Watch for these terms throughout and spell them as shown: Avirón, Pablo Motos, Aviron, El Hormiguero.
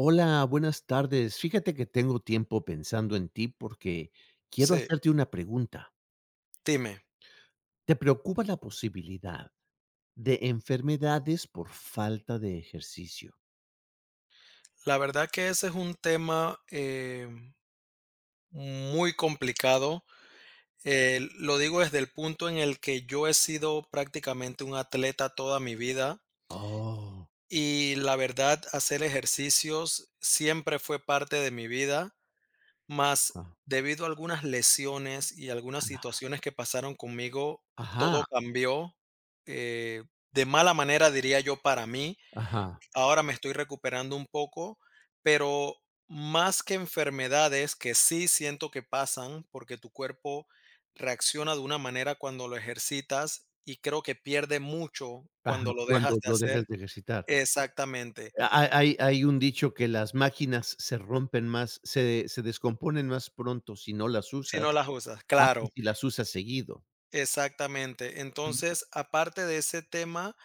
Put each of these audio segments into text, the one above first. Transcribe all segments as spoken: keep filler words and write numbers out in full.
Hola, buenas tardes. Fíjate que tengo tiempo pensando en ti porque quiero Sí, hacerte una pregunta. dime, ¿Te preocupa la posibilidad de enfermedades por falta de ejercicio? la verdad que ese es un tema eh, muy complicado. Eh, lo digo desde el punto en el que yo he sido prácticamente un atleta toda mi vida, Oh, y la verdad hacer ejercicios siempre fue parte de mi vida, más ah, debido a algunas lesiones y algunas situaciones que pasaron conmigo, ajá, todo cambió, eh, de mala manera, diría yo, para mí. ajá, Ahora me estoy recuperando un poco, pero más que enfermedades que sí siento que pasan, porque tu cuerpo reacciona de una manera cuando lo ejercitas y creo que pierde mucho ajá, cuando lo cuando dejas de lo dejas hacer. de ejercitar. Exactamente, Ha- Hay, hay un dicho, que las máquinas se rompen más, se, se descomponen más pronto si no las si no usas, las usas, a que claro, si las usas seguido. exactamente. Ujú. Entonces, aparte de ese tema,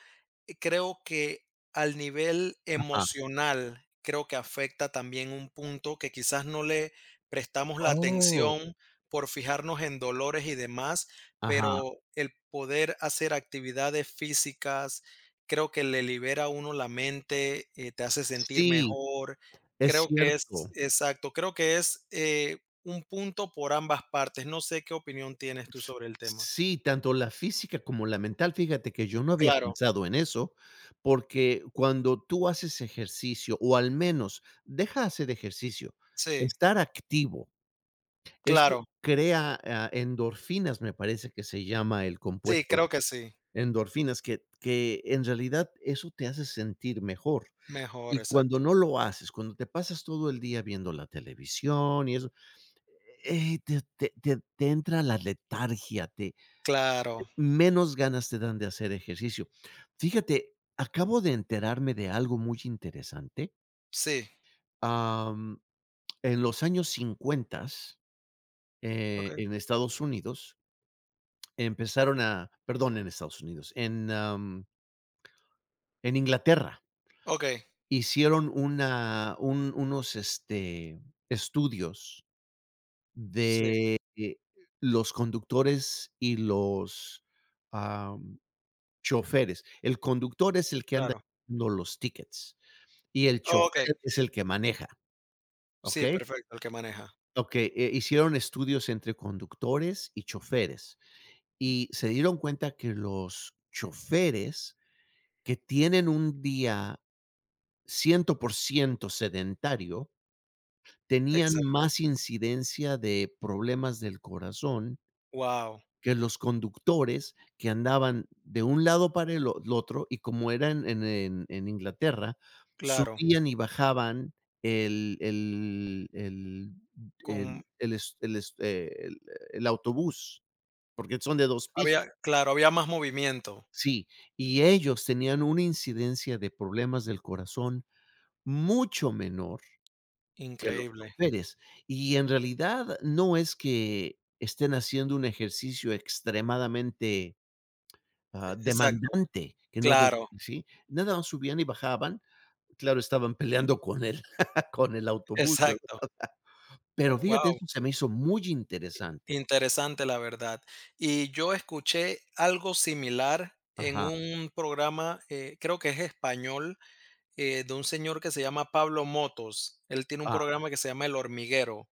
Eh, creo que al nivel Ajá. emocional, creo que afecta también un punto que quizás no le prestamos la Oh, atención por fijarnos en dolores y demás, ajá. pero el poder hacer actividades físicas, creo que le libera a uno la mente, eh, te hace sentir Sí, mejor. Es Creo que es, cierto. exacto, creo que es eh, un punto por ambas partes. No sé qué opinión tienes tú sobre el tema. Sí, tanto la física como la mental. Fíjate que yo no había Claro, pensado en eso, porque cuando tú haces ejercicio, o al menos deja hacer ejercicio, sí, estar activo, eso claro, crea, ah, endorfinas, me parece que se llama el sí, compuesto, creo que sí. endorfinas, que que en realidad eso te hace sentir mejor. Mejor, Y cuando exacto. no lo haces, cuando te pasas todo el día viendo la televisión y eso, eh, te te te te entra la letargia. te Claro, Menos ganas te dan de hacer ejercicio. Fíjate, acabo de enterarme de algo muy interesante. sí, Am, en los años cincuenta, eh, okey, en Estados Unidos, empezaron a perdón, en Estados Unidos, en, am, en Inglaterra, okey, hicieron una un unos, este, estudios sí, de, eh, los conductores y los, am, choferes. El conductor es el que anda claro. dando los tickets. Y el Okey, chofer es el que maneja, ¿ok? sí, perfecto, el que maneja. Okey, eh, hicieron estudios entre conductores y choferes, y se dieron cuenta que los choferes que tienen un día cien por ciento sedentario, tenían Exacto. más incidencia de problemas del corazón Wow. que los conductores que andaban de un lado para el o el otro, y como era en en en en Inglaterra, Claro, subían y bajaban el el el el con el es el es eh, el el autobús, porque son de dos pisos. había claro, había más movimiento, Sí, y ellos tenían una incidencia de problemas del corazón mucho menor que los increíble. choferes. Y en realidad no es que estén haciendo un ejercicio extremadamente Ah, Exacto, demandante, que no de. claro, ¿Sí? Nada más subían y bajaban. Claro, estaban peleando con el con el autobús, ¿verdad? exacto. Pero fíjate, Wow. eso se me hizo muy interesante. Interesante, la verdad. Y yo escuché algo similar en Ajá. un programa, eh, creo que es español, eh, de un señor que se llama Pablo Motos. Él tiene un Ah, programa que se llama El Hormiguero.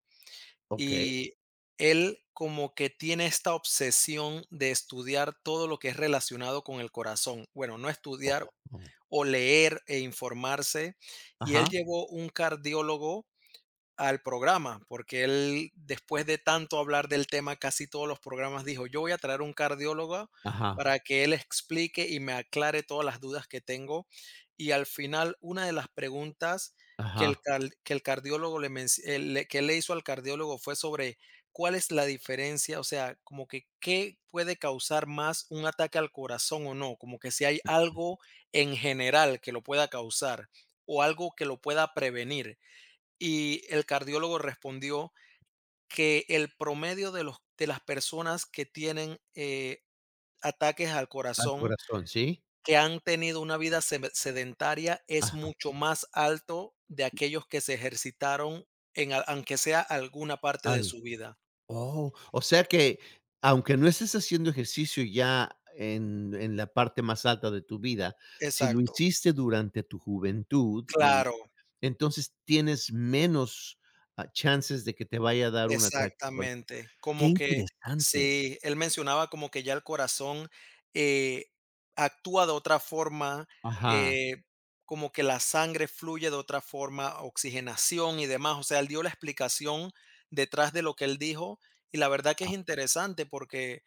okey. Y él como que tiene esta obsesión de estudiar todo lo que es relacionado con el corazón. Bueno, no Oh. estudiar oh. o leer e informarse. Y él Ajá, llevó un cardiólogo al programa, porque él, después de tanto hablar del tema, casi todos los programas dijo, yo voy a traer un cardiólogo ajá, para que él explique y me aclare todas las dudas que tengo. Y al final, una de las preguntas que el, ajá. cal- que el cardiólogo le, menc- eh, le- que le hizo al cardiólogo fue sobre cuál es la diferencia, o sea, como que qué puede causar más un ataque al corazón o no, como que si hay algo en general que lo pueda causar o algo que lo pueda prevenir. Y el cardiólogo respondió que el promedio de los de las personas que tienen, eh, ataques al Al corazón, corazón, ¿sí? que han tenido una vida seme sedentaria, es Ajá, mucho más alto de aquellos que se ejercitaron en a aunque sea alguna parte de al. su vida. Oh, o sea que, aunque no estés haciendo ejercicio ya en en la parte más alta de tu vida, si lo Exacto, hiciste durante tu juventud y claro. entonces tienes menos, ah, chances de que te vaya a dar un ataque cor Exactamente, Qué como que interesante. sí, él mencionaba como que ya el corazón, eh, actúa de otra forma, Ajá, eh, como que la sangre fluye de otra forma, oxigenación y demás. O sea, él dio la explicación detrás de lo que él dijo, y la verdad que a es interesante porque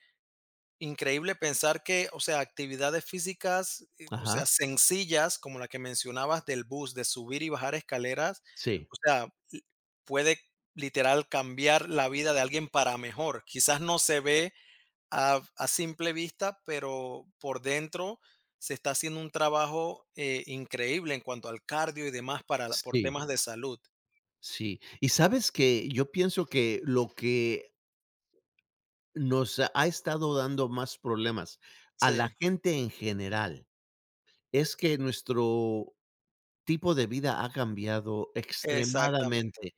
increíble pensar que, o sea, actividades físicas, eh, o sea, ajá, sencillas, como la que mencionabas del bus, de subir y bajar escaleras, sí, o sea, l- puede literal cambiar la vida de alguien para mejor. Quizás no se ve a, a simple vista, pero por dentro se está haciendo un trabajo eh, increíble en cuanto al cardio y demás para, la- por sí, temas de salud. sí. Y, ¿sabes que Yo pienso que lo que nos ha ha estado dando más problemas a la Sí, gente en general es que nuestro tipo de vida ha cambiado exactamente. extremadamente?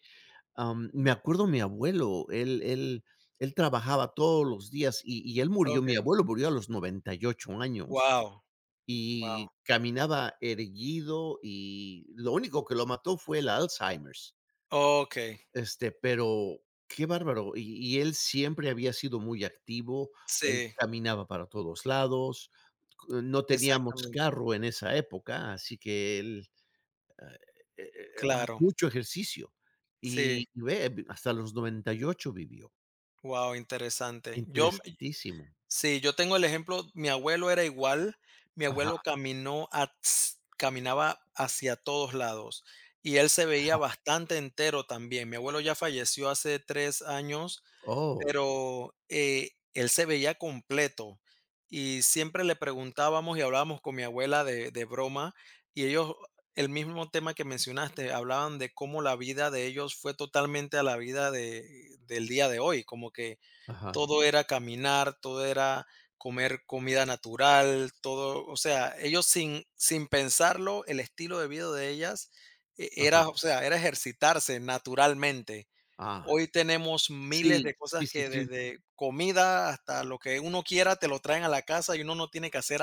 Am, me acuerdo, mi abuelo, él él él trabajaba todos los días, y y él murió, Ok. mi abuelo murió a los noventa y ocho años Wow, y wow. caminaba erguido, y lo único que lo mató fue el Alzheimer's, Ok, este, pero qué bárbaro. Y y él siempre había sido muy activo, él sí, caminaba para todos lados, c no teníamos exactamente. carro en esa época, así que él, eh eh eh, Claro, mucho ejercicio. sí, Y y ve, vi- hasta los noventa y ocho vivió. wow, interesante. Yo, mm, Interesantísimo. sí, yo tengo el ejemplo, mi abuelo era igual, mi Ajá, abuelo caminó ats caminaba hacia todos lados y él se veía ajá. bastante entero también. Mi abuelo ya falleció hace tres años. Oh, Pero, eh, él se veía completo y siempre le preguntábamos y hablábamos con mi abuela de de broma, y ellos, el mismo tema que mencionaste, hablaban de cómo la vida de ellos fue totalmente a la vida de del día de hoy, como que ajá, todo era caminar, todo era comer comida natural, todo, o sea, ellos sin sin pensarlo, el estilo de vida de ellas e ajá. era, o sea, era ejercitarse naturalmente. Ah, Hoy tenemos miles sí, de cosas sí, sí, que sí. desde comida hasta lo que uno quiera te lo traen a la casa y uno no tiene que hacer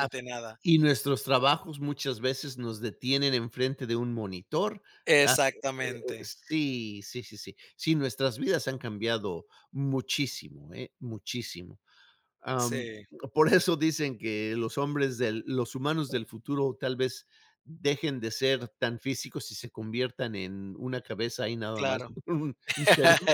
Ah, nada. y nuestros trabajos muchas veces nos detienen enfrente de un monitor. Ah, eh eh, Exactamente. sí, sí, sí, sí. Sí, nuestras vidas han cambiado muchísimo, eh, muchísimo. Am, Sí, por eso dicen que los hombres del los humanos del futuro tal vez dejen de ser tan físicos y se conviertan en una cabeza y nada más, claro. un un cerebro.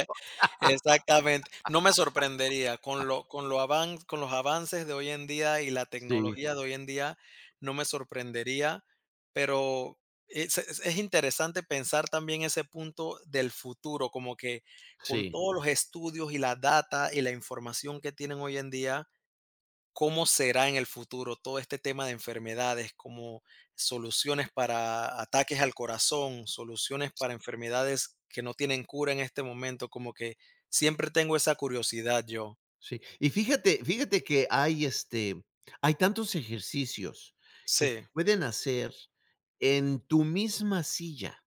Exactamente. No me sorprendería con lo con lo avan con los avances de hoy en día y la Sí, tecnología de hoy en día, no me sorprendería, pero es es es interesante pensar también ese punto del futuro, como que con sí, todos los estudios y la data y la información que tienen hoy en día, cómo será en el futuro todo este tema de enfermedades, como soluciones para ataques al corazón, soluciones para enfermedades que no tienen cura en este momento, como que siempre tengo esa curiosidad yo. sí. Y fíjate fíjate que hay, este, hay tantos ejercicios que se Sí, pueden hacer en tu misma silla.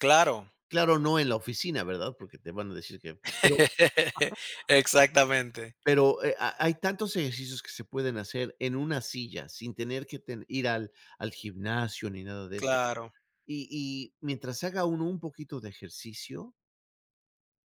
claro. Claro, no en la oficina, ¿verdad? Porque te van a decir que pero Exactamente, Pero, eh, ha hay tantos ejercicios que se pueden hacer en una silla, sin tener que ten ir al al gimnasio ni nada de eso. claro, Y y mientras haga uno un poquito de ejercicio,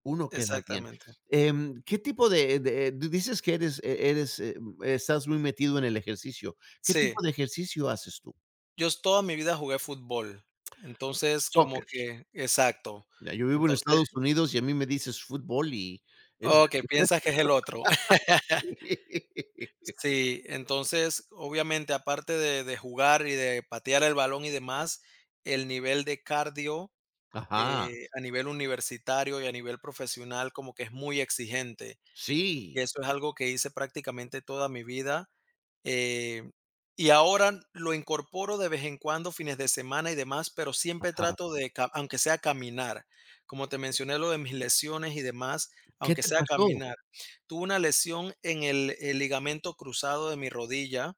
uno queda bien. exactamente. Em, ¿qué tipo de de tú dices que eres e eres, eh, m- estás muy metido en el ejercicio? ¿Qué tipo Sí, de ejercicio haces tú? yo s toda mi vida jugué fútbol, entonces como Soccer. que exacto. Ya, yo vivo en Entonces Estados Unidos, y a mí me dices fútbol y es okey, de piensas que es el otro. Sí, entonces, obviamente, aparte de de jugar y de patear el balón y demás, el nivel de cardio, Ajá, eh, a nivel universitario y a nivel profesional como que es muy exigente. sí, Y eso es algo que hice prácticamente toda mi vida, eh, y ahora lo incorporo de vez en cuando, fines de semana y demás, pero siempre ajá. trato de, ca aunque sea caminar. Como te mencioné lo de mis lesiones y demás, ¿Qué aunque te sea pasó? caminar. Tuve una lesión en el el ligamento cruzado de mi rodilla,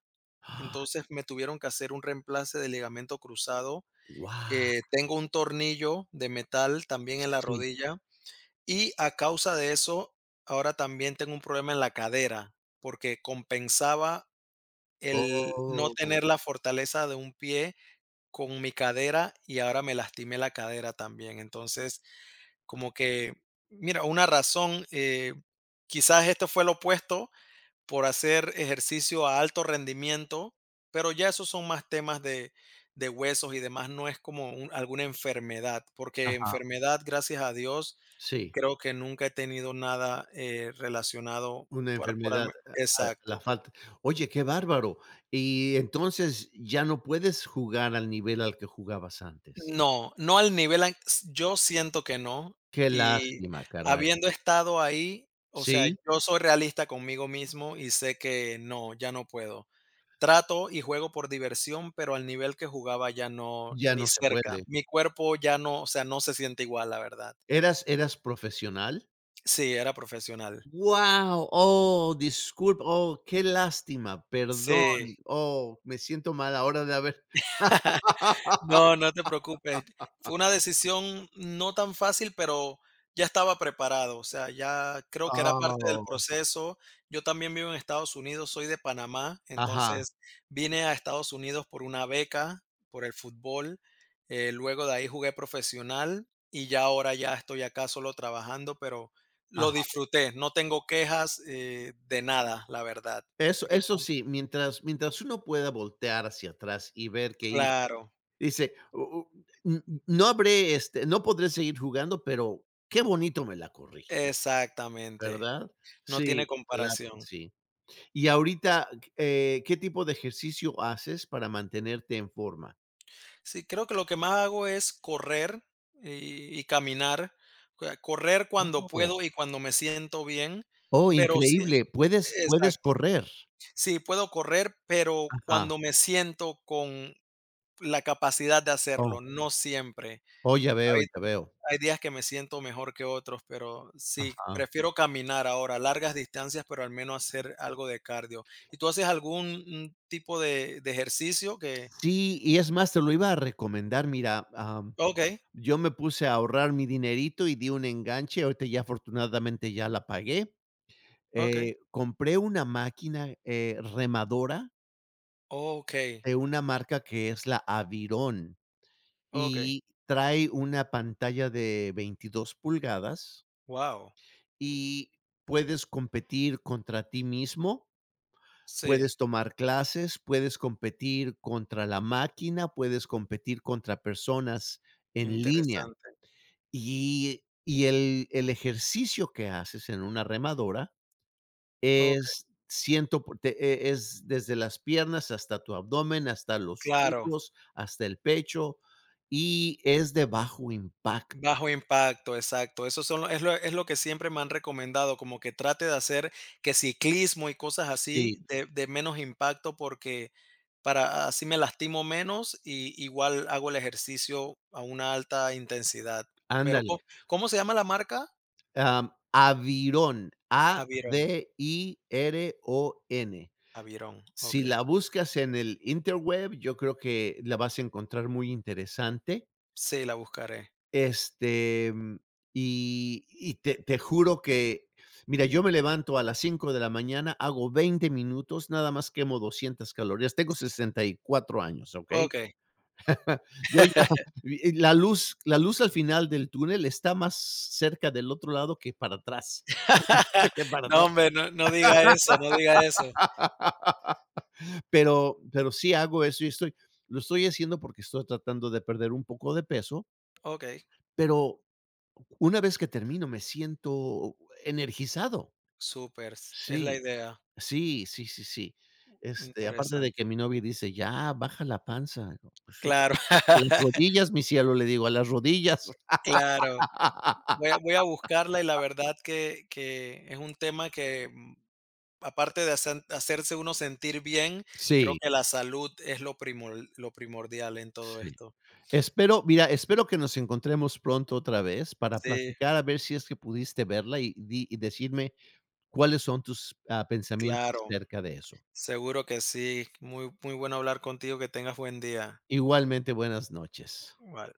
entonces me tuvieron que hacer un reemplace de ligamento cruzado. wow. Eh, tengo un tornillo de metal también en la Sí. rodilla, y a causa de eso, ahora también tengo un problema en la cadera, porque compensaba el no Oh. tener la fortaleza de un pie con mi cadera y ahora me lastimé la cadera también. Entonces, como que, mira, una razón, eh, quizás esto fue lo opuesto por hacer ejercicio a alto rendimiento, pero ya esos son más temas de, de huesos y demás, no es como un- alguna enfermedad, porque Ajá, enfermedad, gracias a Dios, sí, creo que nunca he tenido nada, eh, relacionado una por por enfermedad, al. eh, a a la Exacto. falta. Oye, qué bárbaro. Y entonces, ya no puedes jugar al nivel al que jugabas antes. No, no al nivel an s yo siento que no, Qué y lástima, caray. habiendo estado ahí, o sea, Sí, yo soy realista conmigo mismo y sé que no, ya no puedo. Trato y juego por diversión, pero al nivel que jugaba ya no, ya ni no se cerca. puede. Mi cuerpo ya no, o sea, no se siente igual, la verdad. ¿Eras eras profesional? Sí, era profesional. Wow. oh, disculpa, oh, qué lástima, perdón, Sí. oh, me siento mal ahora de haber No, no te preocupes. Fue una decisión no tan fácil, pero ya estaba preparado. O sea, ya creo que era parte del Oh, proceso. Yo también vivo en Estados Unidos, soy de Panamá, ajá, entonces vine a Estados Unidos por una beca, por el fútbol. eh, luego de ahí jugué profesional y ya ahora ya estoy acá solo trabajando, pero lo ajá. disfruté. No tengo quejas eh, de nada, la verdad. Eso Así que, eso fue un- sí, mientras mientras uno pueda voltear hacia atrás y ver qué hice, claro, dice: "U u n no habré, este, No podré seguir jugando, pero qué bonito me la corrí", exactamente. ¿verdad? No Sí, tiene claro que comparación. sí. Y ahorita, eh, ¿qué tipo de ejercicio haces para mantenerte en forma? Sí, creo que lo que más hago es correr y y caminar, cua correr cuando Oh, puedo y cuando me siento bien, oh, pero sí, increíble, puedes puedes exacto. correr. Sí, puedo correr, pero Ajá. cuando me siento con la capacidad de Oh, hacerlo, no siempre. oh, ya veo, Hay ya veo. Hay días que me siento mejor que otros, pero sí, Ajá. prefiero caminar ahora, largas distancias, pero al menos hacer algo de cardio. ¿Y tú haces algún, mm, tipo de de ejercicio que? Sí, y es más, te lo iba a recomendar, mira, Okey, Yo me puse a ahorrar mi dinerito y di un enganche, ahorita ya, afortunadamente, ya la pagué. okey, Eh, compré una máquina, eh, remadora okey, de una marca que es la Avirón, okey. y trae una pantalla de veintidós pulgadas, Wow, y puedes competir contra ti mismo, sí, puedes tomar clases, puedes competir contra la máquina, puedes competir contra personas en línea. interesante. Y y el el ejercicio que haces en una remadora Okey, es ciento por te e es desde las piernas hasta tu abdomen, hasta los claro, hombros, hasta el pecho, y es de bajo impacto. bajo impacto, exacto. Esos son lo es lo es lo que siempre me han recomendado, como que trate de hacer que ciclismo y cosas Sí, así de de menos impacto, porque para así me lastimo menos y igual hago el ejercicio a una alta intensidad. Pero, ándale. ¿có ¿cómo se llama la marca? Am, Avirón, a d Aviron, i r o n Aviron, Si okey. la buscas en el interweb, yo creo que la vas a encontrar muy interesante. Sí, la buscaré. Este, mm, y y te te juro que, mira, yo me levanto a las cinco de la mañana, hago veinte minutos, nada más quemo doscientas calorías. Tengo sesenta y cuatro años, ¿ok? Okey. Yo ya la luz la luz al final del túnel está más cerca del otro lado que para atrás, de que para atrás. No, hombre, no no diga eso, no diga eso. Pero pero sí hago eso y estoy lo estoy haciendo porque estoy tratando de perder un poco de peso, Okey. pero Una vez que termino, me siento energizado. Súper, es la Sí, idea. sí, sí, sí, sí. Este, aparte de que Interesante. mi novia dice: "Ya, baja la panza". Digo: "Pues sí, Claro, las rodillas, mi cielo", le digo: "A las rodillas". claro. Voy a voy a buscarla y la verdad que que es un tema que, mm, aparte de hacer hacerse uno sentir bien, creo Sí, que la salud es lo primol lo primordial en todo sí. esto. Espero, mira, espero que nos encontremos pronto otra vez para Sí, platicar, a ver si es que pudiste verla y di y decirme cuáles son tus, ah, pensamientos claro, acerca de eso. seguro que sí. Muy muy bueno hablar contigo, que tengas buen día. Igualmente, buenas noches. Bye.